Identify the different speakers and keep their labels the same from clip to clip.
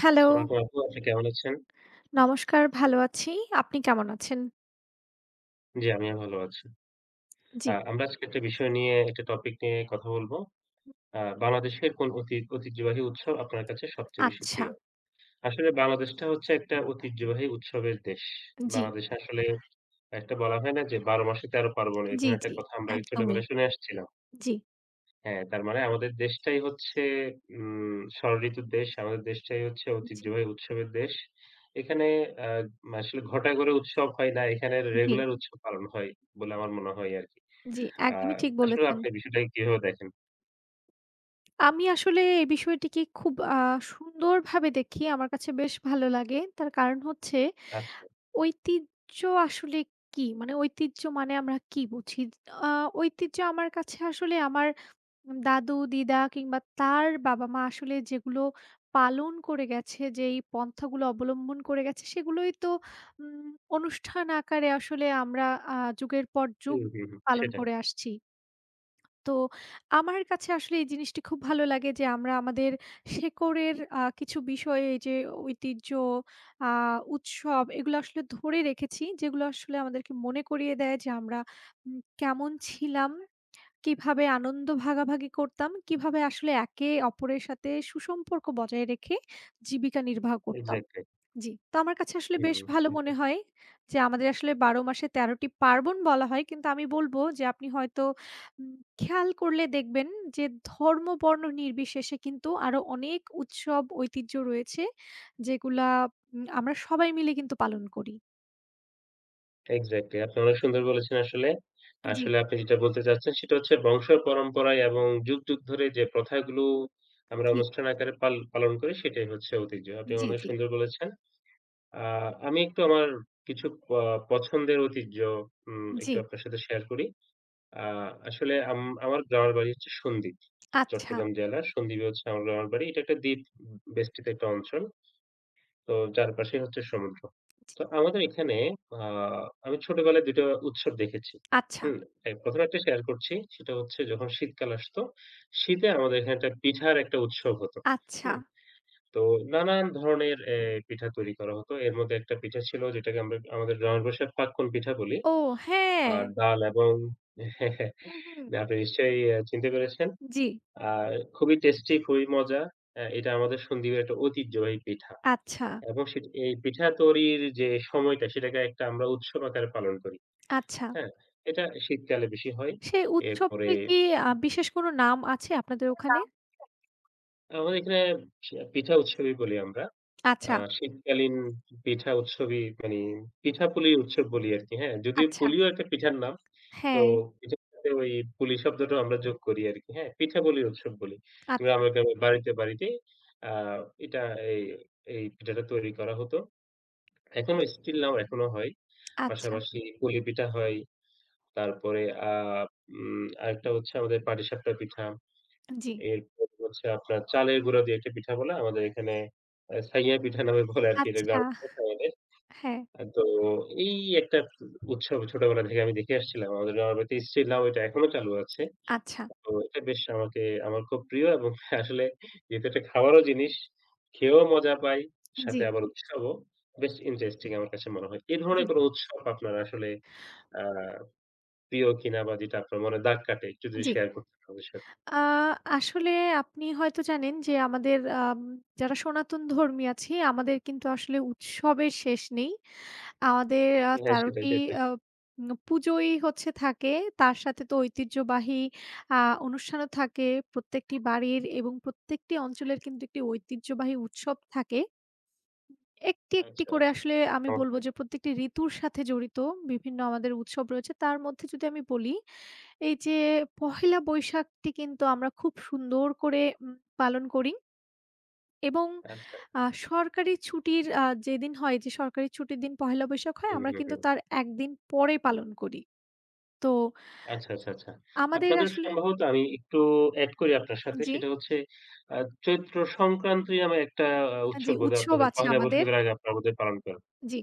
Speaker 1: Hello,
Speaker 2: সালাম আপু, আপনি কেমন আছেন?
Speaker 1: নমস্কার ভালো আছি। আপনি কেমন আছেন?
Speaker 2: জি, আমিও ভালো আছি।
Speaker 1: জি,
Speaker 2: আমরা আজকে একটা বিষয় নিয়ে, একটা টপিক নিয়ে কথা বলব। বাংলাদেশের কোন ঐতিহ্যবাহী উৎসব আপনার কাছে সবচেয়ে বেশি
Speaker 1: আচ্ছা।
Speaker 2: প্রিয়? আসলে বাংলাদেশটা হচ্ছে একটা ঐতিহ্যবাহী উৎসবের দেশ।
Speaker 1: জি,
Speaker 2: বাংলাদেশে আসলে একটা বলা হয় না যে ১২ মাসে ১৩ পার্বণ, এই
Speaker 1: জি,
Speaker 2: ধরনের একটা
Speaker 1: জি,
Speaker 2: কথা আমরা
Speaker 1: একদমই।
Speaker 2: ছোটবেলায় শুনে আসছিলাম।
Speaker 1: জি,
Speaker 2: হ্যাঁ, তার মানে আমাদের দেশটাই হচ্ছে ষড়ঋতুর দেশ। আমাদের দেশটাই হচ্ছে
Speaker 1: জি,
Speaker 2: ঐতিহ্যবাহী উৎসবের দেশ। এখানে আ আসলে ঘটা করে উৎসব হয় না। এখানে
Speaker 1: জি,
Speaker 2: রেগুলার উৎসব পালন হয় বলে আমার মনে হয় আরকি।
Speaker 1: জি,
Speaker 2: আ
Speaker 1: একদমই ঠিক
Speaker 2: আসলে
Speaker 1: বলেছেন।
Speaker 2: আপনি বিষয়টাকে কিভাবে দেখেন?
Speaker 1: আমি আসলে এই বিষয়টিকে খুব সুন্দরভাবে দেখি। আমার কাছে বেশ ভালো লাগে। তার কারণ হচ্ছে
Speaker 2: আচ্ছা।
Speaker 1: ঐতিহ্য আসলে কি? মানে ঐতিহ্য মানে আমরা কি বুঝি? আ ঐতিহ্য আমার কাছে আসলে আমার দাদু-দিদা কিংবা তার বাবা-মা আসলে যেগুলো পালন করে গেছে, যেই পন্থাগুলো অবলম্বন করে গেছে সেগুলোই তো উম অনুষ্ঠান আকারে আসলে আমরা আ যুগের পর যুগ
Speaker 2: হুম, হুম, হুম।
Speaker 1: পালন
Speaker 2: সেটাই।
Speaker 1: করে আসছি। তো আমার কাছে আসলে এই জিনিসটি খুব ভালো লাগে যে আমরা আমাদের শেকড়ের কিছু বিষয়ে এই যে ঐতিহ্য, আ উৎসব এগুলো আসলে ধরে রেখেছি। যেগুলো আসলে আমাদেরকে মনে করিয়ে দেয় যে আমরা কেমন ছিলাম, কিভাবে আনন্দ ভাগাভাগি করতাম, কিভাবে আসলে একে অপরের সাথে সুসম্পর্ক বজায় রেখে জীবিকা নির্বাহ করতাম।
Speaker 2: এক্সাক্টলি।
Speaker 1: জি। তো আমার কাছে আসলে
Speaker 2: হুম,
Speaker 1: বেশ ভালো মনে
Speaker 2: সেটাই।
Speaker 1: হয় যে, আমাদের আসলে ১২ মাসে ১৩ টি পার্বণ বলা হয়। কিন্তু আমি বলব যে, আপনি হয়তো উম খেয়াল করলে দেখবেন যে, ধর্ম, বর্ণ নির্বিশেষে কিন্তু আরো অনেক উৎসব, ঐতিহ্য রয়েছে যেগুলা আমরা সবাই মিলে কিন্তু পালন করি।
Speaker 2: এক্সাক্টলি। আপনি অনেক সুন্দর বলেছেন আসলে।
Speaker 1: জি,
Speaker 2: আসলে আপনি যেটা বলতে চাচ্ছেন সেটা হচ্ছে বংশ পরম্পরায় এবং যুগ, যুগ ধরে যে প্রথাগুলো আমরা
Speaker 1: জি,
Speaker 2: অনুষ্ঠান আকারে পালন করি সেটাই হচ্ছে ঐতিহ্য। আপনি
Speaker 1: জি,
Speaker 2: অনেক
Speaker 1: জি,
Speaker 2: সুন্দর বলেছেন। আ আমি একটু আমার কিছু পছন্দের ঐতিহ্য
Speaker 1: জি।
Speaker 2: একটু আপনার সাথে শেয়ার করি। আ আসলে আমার গ্রামের বাড়ি হচ্ছে সন্দ্বীপ।
Speaker 1: আচ্ছা,
Speaker 2: চট্টগ্রাম জেলার সন্দ্বীপে হচ্ছে আমার গ্রামের বাড়ি। এটা একটা দ্বীপ বেষ্টিত একটা অঞ্চল। তো চারপাশেই হচ্ছে সমুদ্র।
Speaker 1: জি,
Speaker 2: তো আমাদের এখানে আ আমি ছোটবেলায় ২ টা উৎসব দেখেছি।
Speaker 1: আচ্ছা,
Speaker 2: হুম? এ ১ম একটা শেয়ার করছি। সেটা হচ্ছে যখন শীতকাল আসতো, শীতে আমাদের এখানে একটা পিঠার একটা উৎসব হতো।
Speaker 1: আচ্ছা।
Speaker 2: হুম? তো নানান ধরনের পিঠা তৈরি করা হতো। এর মধ্যে একটা পিঠা ছিল যেটাকে আমরা আমাদের গ্রামের ভাষায় পাক্কন পিঠা বলি।
Speaker 1: ও হ্যাঁ।
Speaker 2: আর ডাল এবং হ্যাঁ, হ্যাঁ।
Speaker 1: হুম, হুম।
Speaker 2: আপনি নিশ্চয়ই চিনতে পেরেছেন।
Speaker 1: জি।
Speaker 2: আর খুবই টেস্টি, খুবই মজা। এটা আমাদের সন্দ্বীপের একটা ঐতিহ্যবাহী পিঠা।
Speaker 1: আচ্ছা,
Speaker 2: এবং এই পিঠা তৈরির যে সময়টা সেটাকে একটা আমরা উৎসব আকারে পালন করি।
Speaker 1: আচ্ছা।
Speaker 2: হ্যাঁ? এটা শীতকালে বেশি হয়।
Speaker 1: সেই
Speaker 2: এরপরে
Speaker 1: উৎসবটির কি বিশেষ কোনো নাম আছে আপনাদের ওখানে?
Speaker 2: আমাদের এখানে সে পিঠা উৎসবই বলি আমরা। আ
Speaker 1: আচ্ছা,
Speaker 2: শীতকালীন পিঠা উৎসবই মানে পিঠাপুলি উৎসব বলি আরকি, হ্যাঁ? যদিও
Speaker 1: আচ্ছা।
Speaker 2: পুলিও একটা পিঠার নাম। তো
Speaker 1: হ্যাঁ,
Speaker 2: পিঠার সাথে ওই পুলি শব্দটাও আমরা যোগ করি আরকি, হ্যাঁ? পিঠাপুলি উৎসব বলি।
Speaker 1: আচ্ছা,
Speaker 2: গ্রামে, গ্রামে বাড়িতে, বাড়িতে আ এটা এই এই পিঠাটা তৈরি করা হতো। এখনো স্টিল নাও এখনো হয়।
Speaker 1: আচ্ছা,
Speaker 2: পাশাপাশি পুলি পিঠা হয়। তারপরে আ আরেকটা হচ্ছে আমাদের পাটিসাপটা পিঠা।
Speaker 1: জি,
Speaker 2: এরপরে হচ্ছে আপনার চালের গুঁড়া দিয়ে একটা পিঠা বলে। আমাদের এখানে ছাইয়া পিঠা নামে বলে আরকি এটা
Speaker 1: আচ্ছা,
Speaker 2: গ্রামের ভাষায় আমাদের।
Speaker 1: হ্যাঁ,
Speaker 2: তো এই একটা উৎসব ছোটবেলা থেকে আমি দেখে আসছিলাম। আমাদের গ্রামের বাড়িতে স্টিল নাও এটা এখনো চালু আছে।
Speaker 1: আচ্ছা,
Speaker 2: তো এটা বেশ আমাকে আমার খুব প্রিয় এবং আসলে যেহেতু এটা খাওয়ারও জিনিস, খেয়েও মজা পাই,
Speaker 1: জি,
Speaker 2: সাথে আবার উৎসবও। বেশ ইন্টারেস্টিং আমার কাছে মনে হয়। এ
Speaker 1: জি,
Speaker 2: ধরনের কোন উৎসব আপনার আসলে আ প্রিয় কিনা বা যেটা আপনার মনে দাগ কাটে একটু যদি
Speaker 1: জি।
Speaker 2: শেয়ার করতেন আমাদের সাথে।
Speaker 1: আ আসলে আপনি হয়তো জানেন যে আমাদের যারা সনাতন ধর্মী আছি আমাদের কিন্তু আসলে উৎসবের শেষ নেই। আমাদের
Speaker 2: হ্যাঁ,
Speaker 1: ১৩
Speaker 2: সেটাই,
Speaker 1: টি
Speaker 2: সেটাই।
Speaker 1: আ পুজোই হচ্ছে থাকে। তার সাথে তো ঐতিহ্যবাহী আ অনুষ্ঠানও থাকে। প্রত্যেকটি বাড়ির এবং প্রত্যেকটি অঞ্চলের কিন্তু একটি ঐতিহ্যবাহী উৎসব থাকে। একটি, একটি
Speaker 2: আচ্ছা,
Speaker 1: করে
Speaker 2: আচ্ছা।
Speaker 1: আসলে আমি বলব
Speaker 2: চমৎকার।
Speaker 1: যে প্রত্যেকটি ঋতুর সাথে জড়িত বিভিন্ন আমাদের উৎসব রয়েছে। তার মধ্যে যদি আমি বলি, এই যে পহেলা বৈশাখটি কিন্তু আমরা খুব সুন্দর করে পালন করি এবং
Speaker 2: আচ্ছা।
Speaker 1: সরকারি ছুটির যেদিন হয় যে সরকারি ছুটির দিন পহেলা বৈশাখ হয়
Speaker 2: হুম,
Speaker 1: আমরা
Speaker 2: হুম,
Speaker 1: কিন্তু
Speaker 2: হুম।
Speaker 1: তার ১ দিন পরে পালন করি। তো
Speaker 2: আচ্ছা, আচ্ছা, আচ্ছা।
Speaker 1: আমাদের
Speaker 2: আপনাদের
Speaker 1: আসলে
Speaker 2: সম্ভবত আমি একটু এড করি আপনার সাথে।
Speaker 1: জি,
Speaker 2: সেটা হচ্ছে আ চৈত্র সংক্রান্তি নামে একটা
Speaker 1: জি
Speaker 2: উৎসব বোধহয়
Speaker 1: উৎসব
Speaker 2: আপনাদের
Speaker 1: আছে
Speaker 2: পহেলা
Speaker 1: আমাদের।
Speaker 2: বৈশাখের আগে আপনারা বোধহয় পালন করেন।
Speaker 1: জি।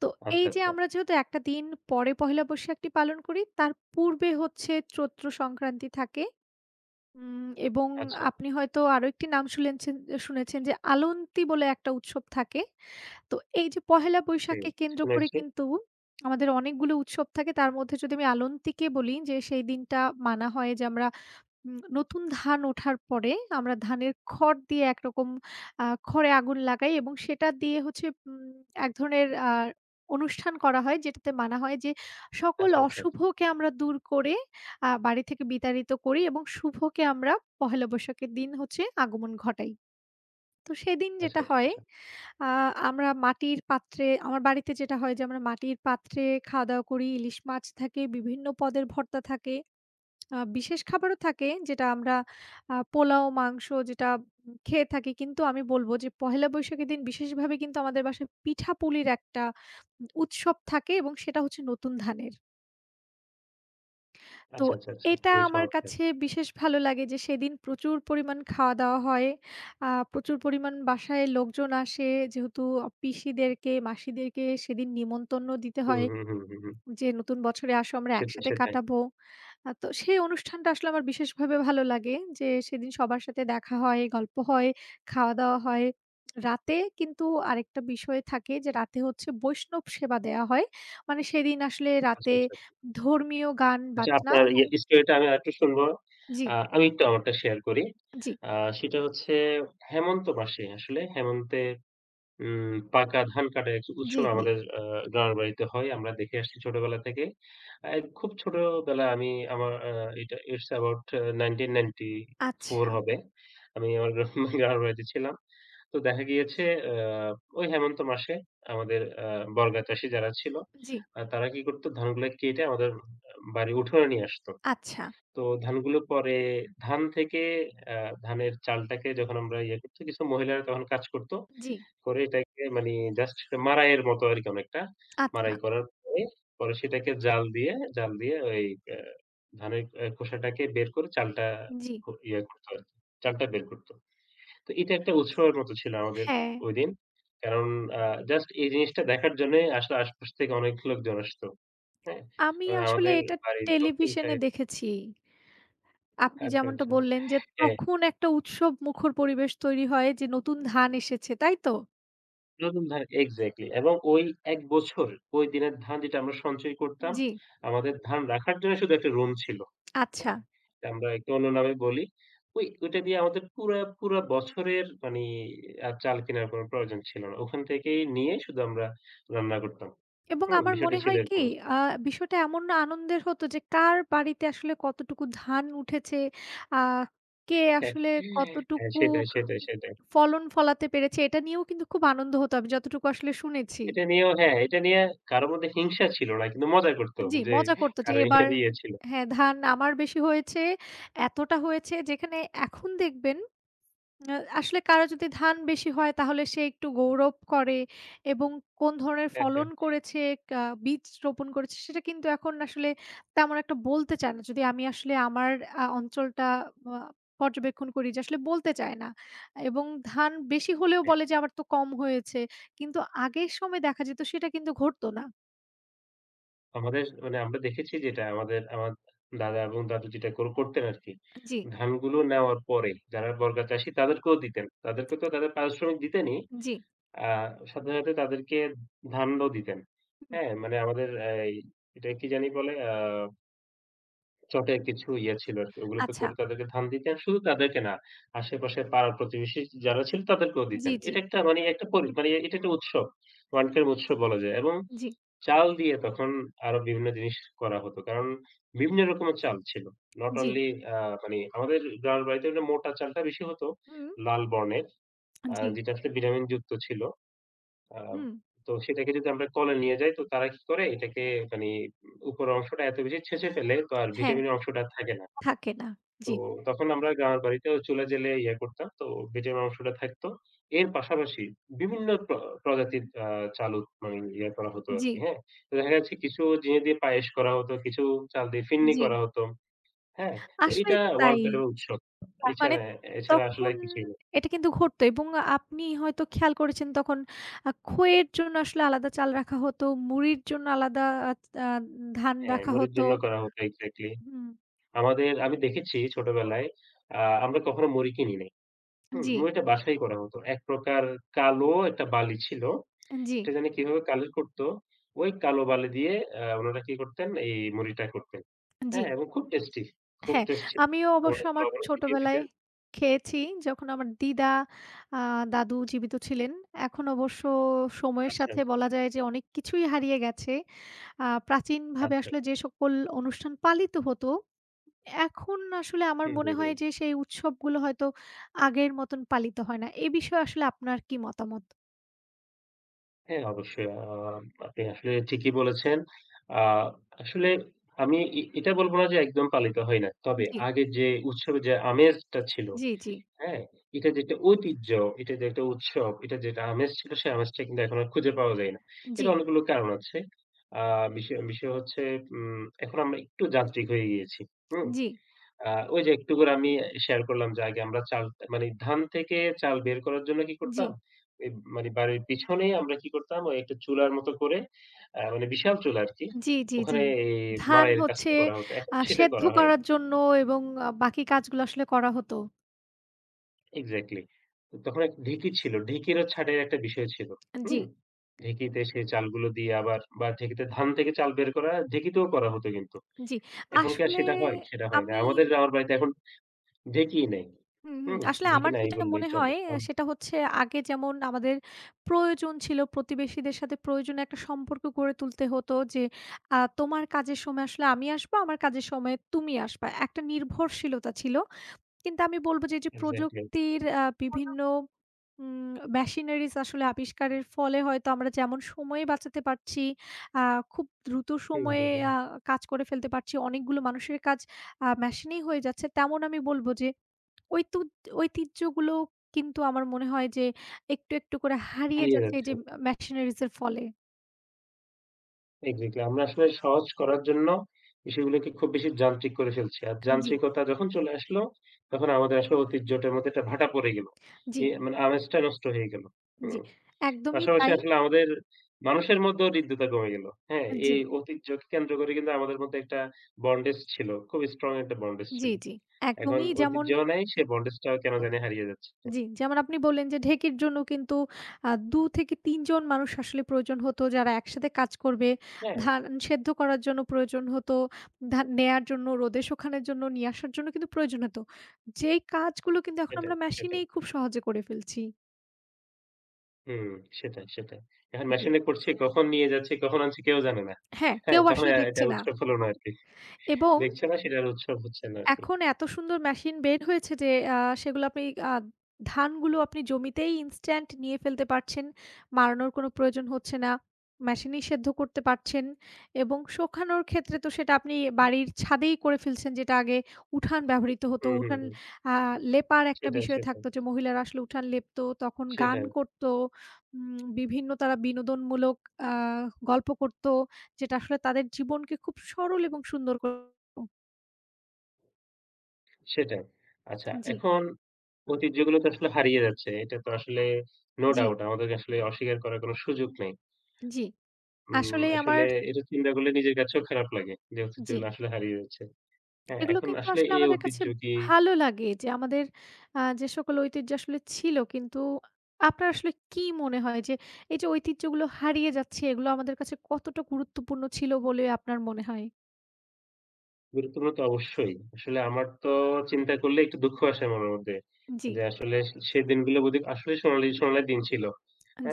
Speaker 1: তো
Speaker 2: আচ্ছা,
Speaker 1: এই যে
Speaker 2: আচ্ছা,
Speaker 1: আমরা যেহেতু একটা দিন পরে পহেলা বৈশাখটি পালন করি তার পূর্বে হচ্ছে চৈত্র সংক্রান্তি থাকে। এবং
Speaker 2: আচ্ছা।
Speaker 1: আপনি হয়তো আরো একটি নাম শুনেছেন শুনেছেন যে আলন্তি বলে একটা উৎসব থাকে। তো এই যে পহেলা
Speaker 2: ঠিক
Speaker 1: বৈশাখকে
Speaker 2: আছে।
Speaker 1: কেন্দ্র করে
Speaker 2: শুনেছি।
Speaker 1: কিন্তু আমাদের অনেকগুলো উৎসব থাকে। তার মধ্যে যদি আমি আলন্তিকে বলি যে সেই দিনটা মানা হয় যে আমরা নতুন ধান ওঠার পরে আমরা ধানের খড় দিয়ে একরকম খড়ে আগুন লাগাই এবং সেটা দিয়ে হচ্ছে এক ধরনের অনুষ্ঠান করা হয় যেটাতে মানা হয় যে সকল
Speaker 2: আচ্ছা, আচ্ছা, আচ্ছা,
Speaker 1: অশুভকে আমরা দূর করে বাড়ি থেকে বিতাড়িত করি এবং শুভকে আমরা পহেলা বৈশাখের দিন হচ্ছে আগমন ঘটাই। তো সেদিন
Speaker 2: আচ্ছা,
Speaker 1: যেটা
Speaker 2: আচ্ছা,
Speaker 1: হয়
Speaker 2: আচ্ছা,
Speaker 1: আ আমরা মাটির পাত্রে আমার বাড়িতে যেটা হয় যে আমরা মাটির পাত্রে খাওয়া-দাওয়া করি। ইলিশ মাছ থাকে, বিভিন্ন পদের ভর্তা থাকে। বিশেষ খাবারও থাকে যেটা আমরা পোলাও, মাংস যেটা খেয়ে থাকি। কিন্তু আমি বলব যে পহেলা বৈশাখের দিন বিশেষভাবে কিন্তু আমাদের বাসায় পিঠাপুলির একটা উৎসব থাকে এবং সেটা হচ্ছে নতুন ধানের। তো
Speaker 2: আচ্ছা, আচ্ছা। আচ্ছা,
Speaker 1: এটা
Speaker 2: খুবই
Speaker 1: আমার
Speaker 2: চমৎকার।
Speaker 1: কাছে বিশেষ ভালো লাগে যে সেদিন প্রচুর পরিমাণ খাওয়া-দাওয়া হয়। প্রচুর পরিমাণ বাসায় লোকজন আসে যেহেতু পিসিদেরকে, মাসিদেরকে সেদিন নিমন্ত্রণ দিতে
Speaker 2: হুম,
Speaker 1: হয়।
Speaker 2: হুম, হুম, হুম, হুম।
Speaker 1: যে নতুন বছরে আসো আমরা
Speaker 2: সেটাই,
Speaker 1: একসাথে
Speaker 2: সেটাই।
Speaker 1: কাটাবো। তো সেই অনুষ্ঠানটা আসলে আমার বিশেষভাবে ভালো লাগে যে সেদিন সবার সাথে দেখা হয়, গল্প হয়, খাওয়া-দাওয়া হয়। রাতে কিন্তু আরেকটা বিষয় থাকে যে রাতে হচ্ছে বৈষ্ণব সেবা দেয়া হয়। মানে সেদিন আসলে
Speaker 2: আচ্ছা,
Speaker 1: রাতে
Speaker 2: আচ্ছা, আচ্ছা।
Speaker 1: ধর্মীয় গান
Speaker 2: আচ্ছা
Speaker 1: বাজনা
Speaker 2: আপনার
Speaker 1: এবং
Speaker 2: ইয়ে স্টোরিটা আমি আরেকটু শুনবো।
Speaker 1: জি,
Speaker 2: আমি একটু আমারটা শেয়ার করি।
Speaker 1: জি,
Speaker 2: আ সেটা হচ্ছে হেমন্ত মাসে আসলে হেমন্তে পাকা ধান কাটা এক
Speaker 1: জি,
Speaker 2: উৎসব
Speaker 1: জি।
Speaker 2: আমাদের গ্রামের বাড়িতে হয়। আমরা দেখে আসছি ছোটবেলা থেকে। আ খুব ছোটবেলায় আমি আমার আ এটা ইটস অ্যাবাউট
Speaker 1: আচ্ছা,
Speaker 2: 1994 হবে। আমি আমার গ্রামের বাড়িতে ছিলাম। তো দেখা গিয়েছে আ ওই হেমন্ত মাসে আমাদের বর্গা চাষী যারা ছিল,
Speaker 1: জি,
Speaker 2: তারা কি করতো? ধানগুলা কেটে আমাদের বাড়ির উঠোনে নিয়ে আসতো।
Speaker 1: আচ্ছা,
Speaker 2: তো ধানগুলো পরে ধান থেকে আ ধানের চালটাকে যখন আমরা ইয়ে করছি, কিছু মহিলারা তখন কাজ করতো।
Speaker 1: জি,
Speaker 2: করে এটাকে মানে জাস্ট মাড়াইয়ের মতো আরকি অনেকটা।
Speaker 1: আচ্ছা,
Speaker 2: মাড়াই করার পরে সেটাকে জাল দিয়ে ওই আ ধানের খোসাটাকে বের করে চালটা
Speaker 1: জি।
Speaker 2: ইয়ে করতো আরকি। চালটা বের করতো। তো এটা একটা উৎসবের মতো ছিল আমাদের
Speaker 1: হ্যাঁ,
Speaker 2: ঐদিন। কারণ আ জাস্ট এই জিনিসটা দেখার জন্যে আসলে আশপাশ থেকে অনেক লোকজন আসতো। হ্যাঁ?
Speaker 1: আমি আসলে
Speaker 2: আমাদের
Speaker 1: এটা
Speaker 2: বাড়ির দক্ষিণ
Speaker 1: টেলিভিশনে
Speaker 2: সাইড
Speaker 1: দেখেছি। আপনি
Speaker 2: আচ্ছা,
Speaker 1: যেমনটা
Speaker 2: আচ্ছা।
Speaker 1: বললেন যে
Speaker 2: হ্যাঁ।
Speaker 1: তখন একটা উৎসব মুখর পরিবেশ তৈরি হয় যে নতুন ধান এসেছে, তাই তো?
Speaker 2: নতুন ধান এক্সাক্টলি এবং ওই ১ বছর ওই দিনের ধান যেটা আমরা সঞ্চয় করতাম,
Speaker 1: জি,
Speaker 2: আমাদের ধান রাখার জন্য শুধু একটা রুম ছিল।
Speaker 1: আচ্ছা।
Speaker 2: হ্যাঁ? এটা আমরা একটু অন্য নামে বলি। ওইটা দিয়ে আমাদের পুরা বছরের মানে আর চাল কেনার কোন প্রয়োজন ছিল না। ওখান থেকেই নিয়ে শুধু আমরা রান্না করতাম।
Speaker 1: এবং
Speaker 2: হুম?
Speaker 1: আমার
Speaker 2: বিষয়টা
Speaker 1: মনে
Speaker 2: ছিল
Speaker 1: হয় কি
Speaker 2: এরকম আরকি।
Speaker 1: আ বিষয়টা এমন না আনন্দের হতো যে কার বাড়িতে আসলে কতটুকু ধান উঠেছে, আ কে
Speaker 2: হ্যাঁ,
Speaker 1: আসলে
Speaker 2: হ্যাঁ,
Speaker 1: কতটুকু
Speaker 2: সেটাই, সেটাই, সেটাই।
Speaker 1: ফলন ফলাতে পেরেছে এটা নিয়েও কিন্তু খুব আনন্দ হতো আমি যতটুকু আসলে শুনেছি।
Speaker 2: এটা নিয়েও হ্যাঁ, এটা নিয়ে কারো মধ্যে হিংসা ছিল না। কিন্তু মজা করত
Speaker 1: জি,
Speaker 2: যে
Speaker 1: মজা করত যে
Speaker 2: কারো
Speaker 1: এবার
Speaker 2: এখানে ইয়ে ছিল।
Speaker 1: হ্যাঁ, ধান আমার বেশি হয়েছে, এতটা হয়েছে যেখানে এখন দেখবেন আ আসলে কারো যদি ধান বেশি হয় তাহলে সে একটু গৌরব করে এবং কোন ধরনের
Speaker 2: হ্যাঁ, হ্যাঁ,
Speaker 1: ফলন করেছে, বীজ রোপণ করেছে সেটা কিন্তু এখন আসলে তেমন একটা বলতে চায় না। যদি আমি আসলে আমার অঞ্চলটা আ পর্যবেক্ষণ করি যে আসলে বলতে চায় না। এবং ধান বেশি হলেও বলে যে আমার তো কম হয়েছে। কিন্তু আগের সময় দেখা যেত সেটা কিন্তু ঘটতো না।
Speaker 2: আমাদের মানে আমরা দেখেছি যেটা আমাদের আমার দাদা এবং দাদু যেটা করতেন আরকি।
Speaker 1: জি,
Speaker 2: ধানগুলো নেওয়ার পরে যারা বর্গা চাষী তাদেরকেও দিতেন। তাদেরকে তো তাদের পারিশ্রমিক দিতেনই।
Speaker 1: জি।
Speaker 2: আ সাথে, সাথে তাদেরকে ধানও দিতেন।
Speaker 1: হুম,
Speaker 2: হ্যাঁ? মানে আমাদের এই এটা কি জানি বলে? চটে কিছু ইয়ে ছিল আরকি। ওগুলোতে
Speaker 1: আচ্ছা।
Speaker 2: করে তাদেরকে ধান দিতেন। শুধু তাদেরকে না, আশেপাশে পাড়া প্রতিবেশী যারা ছিল তাদেরকেও
Speaker 1: জি,
Speaker 2: দিতেন।
Speaker 1: জি,
Speaker 2: এটা একটা মানে একটা মানে এটা একটা উৎসব। ওয়ানটাইম উৎসব বলা যায় এবং
Speaker 1: জি,
Speaker 2: চাল দিয়ে তখন আরো বিভিন্ন জিনিস করা হতো। কারণ বিভিন্ন রকমের চাল ছিল। Not
Speaker 1: G.
Speaker 2: অনলি আ মানে আমাদের গ্রামের বাড়িতে হলে মোটা চালটা বেশি হতো,
Speaker 1: হুম,
Speaker 2: লাল বর্ণের।
Speaker 1: জি,
Speaker 2: যেটা আসলে ভিটামিন যুক্ত ছিল। আ
Speaker 1: হুম।
Speaker 2: তো সেটাকে যদি আমরা কলে নিয়ে যাই তো তারা কি করে এটাকে মানে উপরের অংশটা এত বেশি ছেঁচে ফেলে তো আর
Speaker 1: হ্যাঁ,
Speaker 2: ভিটামিনের অংশটা আর থাকে না।
Speaker 1: থাকে না।
Speaker 2: তো
Speaker 1: জি,
Speaker 2: তখন আমরা গ্রামের বাড়িতেও চলে যেলে ইয়ে করতাম। তো বেজে মাংসটা থাকতো। এর পাশাপাশি বিভিন্ন প্রজাতির চাল মানে ইয়ে করা হতো
Speaker 1: জি,
Speaker 2: আরকি, হ্যাঁ? তো দেখা যাচ্ছে কিছু জিনিস দিয়ে পায়েস করা হতো, কিছু চাল দিয়ে ফিন্নি
Speaker 1: জি।
Speaker 2: করা হতো, হ্যাঁ? তো
Speaker 1: আসলেই
Speaker 2: এটা
Speaker 1: তো
Speaker 2: ওয়ার্ল্ড
Speaker 1: তাই।
Speaker 2: কাপের উৎসব। বাহ!
Speaker 1: মানে
Speaker 2: এছাড়া এছাড়া আসলে
Speaker 1: তখন
Speaker 2: কিছুই না।
Speaker 1: এটা কিন্তু ঘটতো এবং আপনি হয়তো খেয়াল করেছেন তখন খইয়ের জন্য আসলে আলাদা চাল রাখা হতো, মুড়ির জন্য আলাদা আ আ ধান
Speaker 2: হ্যাঁ,
Speaker 1: রাখা
Speaker 2: মুড়ির
Speaker 1: হতো।
Speaker 2: জন্য করা হতো এক্সাক্টলি।
Speaker 1: হুম,
Speaker 2: আমাদের আমি দেখেছি ছোটবেলায় আ আমরা কখনো মুড়ি কিনি নাই। হুম?
Speaker 1: জি,
Speaker 2: মুড়িটা বাসাই করা হতো। এক প্রকার কালো একটা বালি ছিল
Speaker 1: জি,
Speaker 2: এটা জানি কিভাবে কালেক্ট করতো? ওই কালো বালি দিয়ে উনারা কি করতেন? এই মুড়িটা করতেন।
Speaker 1: জি।
Speaker 2: হ্যাঁ? এবং খুব টেস্টি, খুব
Speaker 1: হ্যাঁ,
Speaker 2: টেস্টি
Speaker 1: আমিও অবশ্য
Speaker 2: আমাদেরকে
Speaker 1: আমার
Speaker 2: লবণও ছিটিয়ে
Speaker 1: ছোটবেলায়
Speaker 2: দিতেন।
Speaker 1: খেয়েছি যখন আমার দিদা আ দাদু জীবিত ছিলেন। এখন অবশ্য সময়ের
Speaker 2: আচ্ছা,
Speaker 1: সাথে
Speaker 2: আচ্ছা,
Speaker 1: বলা যায় যে অনেক কিছুই হারিয়ে গেছে। প্রাচীনভাবে
Speaker 2: আচ্ছা।
Speaker 1: আসলে যে সকল অনুষ্ঠান পালিত হতো এখন আসলে আমার
Speaker 2: হুম,
Speaker 1: মনে
Speaker 2: হুম,
Speaker 1: হয়
Speaker 2: হুম।
Speaker 1: যে সেই উৎসবগুলো হয়তো আগের মতন পালিত হয় না। এ বিষয়ে আসলে আপনার কি মতামত?
Speaker 2: হ্যাঁ, অবশ্যই। আপনি আসলে ঠিকই বলেছেন। আ আসলে আমি এটা বলব না যে একদম পালিত হয় না। তবে
Speaker 1: জি,
Speaker 2: আগের যে উৎসবের যে আমেজটা ছিল
Speaker 1: জি, জি,
Speaker 2: হ্যাঁ, এটা যে একটা ঐতিহ্য, এটা যে একটা উৎসব, এটা যেটা আমেজ ছিল সেই আমেজটা কিন্তু এখন আর খুঁজে পাওয়া যায় না। এর
Speaker 1: জি,
Speaker 2: অনেকগুলো কারণ আছে। আ বিষয় বিষয় হচ্ছে এখন আমরা একটু যান্ত্রিক হয়ে গিয়েছি। হুম?
Speaker 1: জি,
Speaker 2: ওই যে একটু করে আমি শেয়ার করলাম যে আগে আমরা চাল মানে ধান থেকে চাল বের করার জন্য কি
Speaker 1: জি,
Speaker 2: করতাম? এই মানে বাড়ির পিছনেই আমরা কি করতাম ওই একটা চুলার মতো করে মানে বিশাল চুলা আরকি।
Speaker 1: জি, জি।
Speaker 2: ওখানে এই
Speaker 1: ধান
Speaker 2: মাড়াইয়ের
Speaker 1: হচ্ছে
Speaker 2: কাজটা করা হতো। এখন সেটা
Speaker 1: সেদ্ধ
Speaker 2: করা হয় না।
Speaker 1: করার জন্য এবং বাকি কাজগুলো আসলে করা হতো।
Speaker 2: এক্সাক্টলি। তখন এক ঢেঁকি ছিল। ঢেঁকিরও ছাঁটাইয়ের একটা বিষয় ছিল।
Speaker 1: জি,
Speaker 2: হুম? ঢেঁকিতে সেই চালগুলো দিয়ে আবার বা ঢেঁকিতে ধান থেকে চাল বের করা ঢেঁকিতেও করা হতো কিন্তু।
Speaker 1: জি।
Speaker 2: এখন কি আর
Speaker 1: আসলে
Speaker 2: সেটা হয়? সেটা হয় না।
Speaker 1: আমি
Speaker 2: আমাদের আমার বাড়িতে এখন ঢেঁকিই নেই।
Speaker 1: হুম, হুম।
Speaker 2: হুম?
Speaker 1: আসলে
Speaker 2: ঢেঁকি
Speaker 1: আমার
Speaker 2: নাই
Speaker 1: যেটা
Speaker 2: বললেই
Speaker 1: মনে
Speaker 2: চলে।
Speaker 1: হয় সেটা হচ্ছে আগে যেমন আমাদের প্রয়োজন ছিল প্রতিবেশীদের সাথে প্রয়োজনীয় একটা সম্পর্ক গড়ে তুলতে হতো যে তোমার কাজের সময় আসলে আমি আসবো, আমার কাজের সময় তুমি আসবা। একটা নির্ভরশীলতা ছিল। কিন্তু আমি বলব যে, এই যে
Speaker 2: এক্সাক্টলি।
Speaker 1: প্রযুক্তির বিভিন্ন উম মেশিনারিজ আসলে আবিষ্কারের ফলে হয়তো আমরা যেমন সময় বাঁচাতে পারছি, আ খুব দ্রুত
Speaker 2: হুম,
Speaker 1: সময়ে
Speaker 2: হুম, হুম।
Speaker 1: আ কাজ করে ফেলতে পারছি। অনেকগুলো মানুষের কাজ মেশিনেই হয়ে যাচ্ছে। তেমন আমি বলব যে ঐতুদ ঐতিহ্যগুলো কিন্তু আমার মনে হয় যে একটু, একটু করে হারিয়ে
Speaker 2: হারিয়ে
Speaker 1: যাচ্ছে এই
Speaker 2: যাচ্ছে।
Speaker 1: যে মেশিনারিজ এর ফলে।
Speaker 2: এক্সাক্টলি। আমরা আসলে সহজ করার জন্য বিষয়গুলোকে খুব বেশি যান্ত্রিক করে ফেলছি। আর
Speaker 1: জি,
Speaker 2: যান্ত্রিকতা যখন চলে আসলো তখন আমাদের আসলে ঐতিহ্যটার মধ্যে একটা ভাটা পড়ে গেল।
Speaker 1: জি,
Speaker 2: মানে আমেজটা নষ্ট হয়ে গেল।
Speaker 1: জি।
Speaker 2: হুম?
Speaker 1: একদমই
Speaker 2: পাশাপাশি
Speaker 1: তাই।
Speaker 2: আসলে আমাদের মানুষের মধ্যেও হৃদ্যতা কমে গেল। হ্যাঁ?
Speaker 1: জি,
Speaker 2: এই ঐতিহ্যকে কেন্দ্র করে কিন্তু আমাদের মধ্যে একটা বন্ডেজ ছিল। খুব স্ট্রং একটা বন্ডেজ
Speaker 1: জি,
Speaker 2: ছিল।
Speaker 1: জি।
Speaker 2: এখন
Speaker 1: একদমই যেমন
Speaker 2: ঐতিহ্যও নাই, সে বন্ডেজটাও কেন জানি হারিয়ে যাচ্ছে।
Speaker 1: জি, যেমন আপনি বললেন যে ঢেকির জন্য কিন্তু ২ থেকে ৩ জন মানুষ আসলে প্রয়োজন হতো যারা একসাথে কাজ করবে।
Speaker 2: হ্যাঁ,
Speaker 1: ধান সেদ্ধ করার জন্য প্রয়োজন হতো, ধান নেয়ার জন্য, রোদে শুকানোর জন্য, নিয়ে আসার জন্য কিন্তু প্রয়োজন হতো। যেই কাজগুলো কিন্তু এখন
Speaker 2: সেটাই,
Speaker 1: আমরা
Speaker 2: সেটাই।
Speaker 1: মেশিনেই খুব সহজে করে ফেলছি।
Speaker 2: হুম, সেটাই, সেটাই। এখন
Speaker 1: জি।
Speaker 2: মেশিনে করছি, কখন নিয়ে যাচ্ছি, কখন আনছি কেউ জানে না।
Speaker 1: হ্যাঁ,
Speaker 2: হ্যাঁ,
Speaker 1: কেউ
Speaker 2: তখন
Speaker 1: আসলে
Speaker 2: এটা
Speaker 1: দেখছে না
Speaker 2: উৎসব হলো না আরকি।
Speaker 1: এবং
Speaker 2: দেখছে না সেটার উৎসব হচ্ছে না আরকি।
Speaker 1: এখন এত সুন্দর মেশিন বের হয়েছে যে আ সেগুলো আপনি আ ধানগুলো আপনি জমিতেই ইনস্ট্যান্ট নিয়ে ফেলতে পারছেন। মাড়ানোর কোনো প্রয়োজন হচ্ছে না। মেশিনেই সেদ্ধ করতে পারছেন এবং শোকানোর ক্ষেত্রে তো সেটা আপনি বাড়ির ছাদেই করে ফেলছেন, যেটা আগে উঠান ব্যবহৃত হতো।
Speaker 2: হুম, হুম,
Speaker 1: উঠান
Speaker 2: হুম।
Speaker 1: আ লেপার একটা
Speaker 2: সেটাই,
Speaker 1: বিষয়
Speaker 2: সেটাই,
Speaker 1: থাকতো যে মহিলারা আসলে উঠান লেপতো, তখন গান
Speaker 2: সেটাই,
Speaker 1: করত। বিভিন্ন তারা বিনোদনমূলক আ গল্প করত, যেটা আসলে তাদের জীবনকে খুব সরল এবং সুন্দর করে
Speaker 2: সেটাই। আচ্ছা
Speaker 1: জি,
Speaker 2: এখন ঐতিহ্যগুলো তো আসলে হারিয়ে যাচ্ছে। এটা তো আসলে no
Speaker 1: জি।
Speaker 2: doubt আমাদেরকে আসলে অস্বীকার করার কোনো সুযোগ নেই।
Speaker 1: জি, আসলেই আমার
Speaker 2: আসলে এটা চিন্তা করলে নিজের কাছেও খারাপ লাগে যে
Speaker 1: জি,
Speaker 2: ঐতিহ্যগুলো আসলে হারিয়ে যাচ্ছে। হ্যাঁ,
Speaker 1: এগুলো
Speaker 2: এখন
Speaker 1: কিন্তু
Speaker 2: আসলে
Speaker 1: আসলে
Speaker 2: এই
Speaker 1: আমাদের কাছে
Speaker 2: ঐতিহ্য কি
Speaker 1: ভালো লাগে যে আমাদের যে সকল ঐতিহ্য আসলে ছিল কিন্তু আপনার আসলে কি মনে হয় যে এই যে ঐতিহ্যগুলো হারিয়ে যাচ্ছে এগুলো আমাদের কাছে কতটা গুরুত্বপূর্ণ ছিল বলে আপনার মনে হয়?
Speaker 2: গুরুত্বপূর্ণ তো অবশ্যই। আসলে আমার তো চিন্তা করলে একটু দুঃখ আসে মনের মধ্যে।
Speaker 1: জি,
Speaker 2: যে আসলে সেই দিনগুলো বোধ আসলে সোনালি, সোনালি দিন ছিল।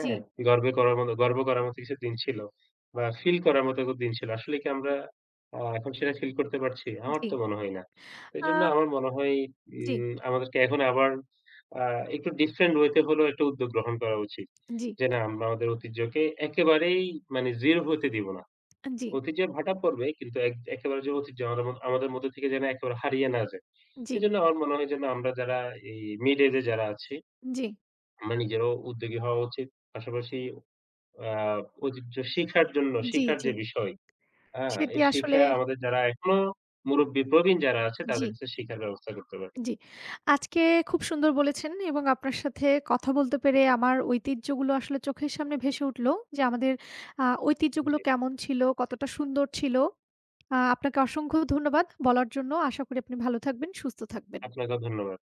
Speaker 1: জি,
Speaker 2: গর্ব করার মতো কিছু দিন ছিল। বা ফিল করার মতো কিছু দিন ছিল। আসলে কি আমরা এখন সেটা ফিল করতে পারছি? আমার
Speaker 1: জি,
Speaker 2: তো মনে হয় না। তো এজন্য
Speaker 1: আ
Speaker 2: আমার মনে হয়
Speaker 1: জি,
Speaker 2: আমাদেরকে এখন আবার আ একটু ডিফারেন্ট ওয়ে তে হলেও একটা উদ্যোগ গ্রহণ করা উচিত।
Speaker 1: জি,
Speaker 2: যে না আমরা আমাদের ঐতিহ্যকে একেবারেই মানে 0 হতে দিব না।
Speaker 1: জি,
Speaker 2: ঐতিহ্যে ভাটা পড়বে কিন্তু একেবারে যে ঐতিহ্য আমাদের মধ্যে থেকে যেন একেবারে হারিয়ে না যায়।
Speaker 1: জি,
Speaker 2: এজন্য আমার মনে হয় যেন আমরা যারা এই মিড এজ এ যারা আছি,
Speaker 1: জি,
Speaker 2: আমরা নিজেরাও উদ্যোগী হওয়া উচিত। পাশাপাশি আ ঐতিহ্য শিখার জন্য
Speaker 1: জি,
Speaker 2: শিখার
Speaker 1: জি,
Speaker 2: যে বিষয়, হ্যাঁ?
Speaker 1: সেটি
Speaker 2: এই
Speaker 1: আসলে
Speaker 2: শিখা আমাদের যারা এখনো মুরুব্বি প্রবীণ যারা আছে
Speaker 1: জি।
Speaker 2: তাদের কাছে শিখার ব্যবস্থা করতে পারি।
Speaker 1: জি। আজকে খুব সুন্দর বলেছেন এবং আপনার সাথে কথা বলতে পেরে আমার ঐতিহ্যগুলো আসলে চোখের সামনে ভেসে উঠলো যে আমাদের ঐতিহ্যগুলো
Speaker 2: জি,
Speaker 1: কেমন ছিল, কতটা সুন্দর ছিল। আপনাকে অসংখ্য ধন্যবাদ বলার জন্য। আশা করি আপনি ভালো থাকবেন, সুস্থ থাকবেন।
Speaker 2: আপনাকেও ধন্যবাদ।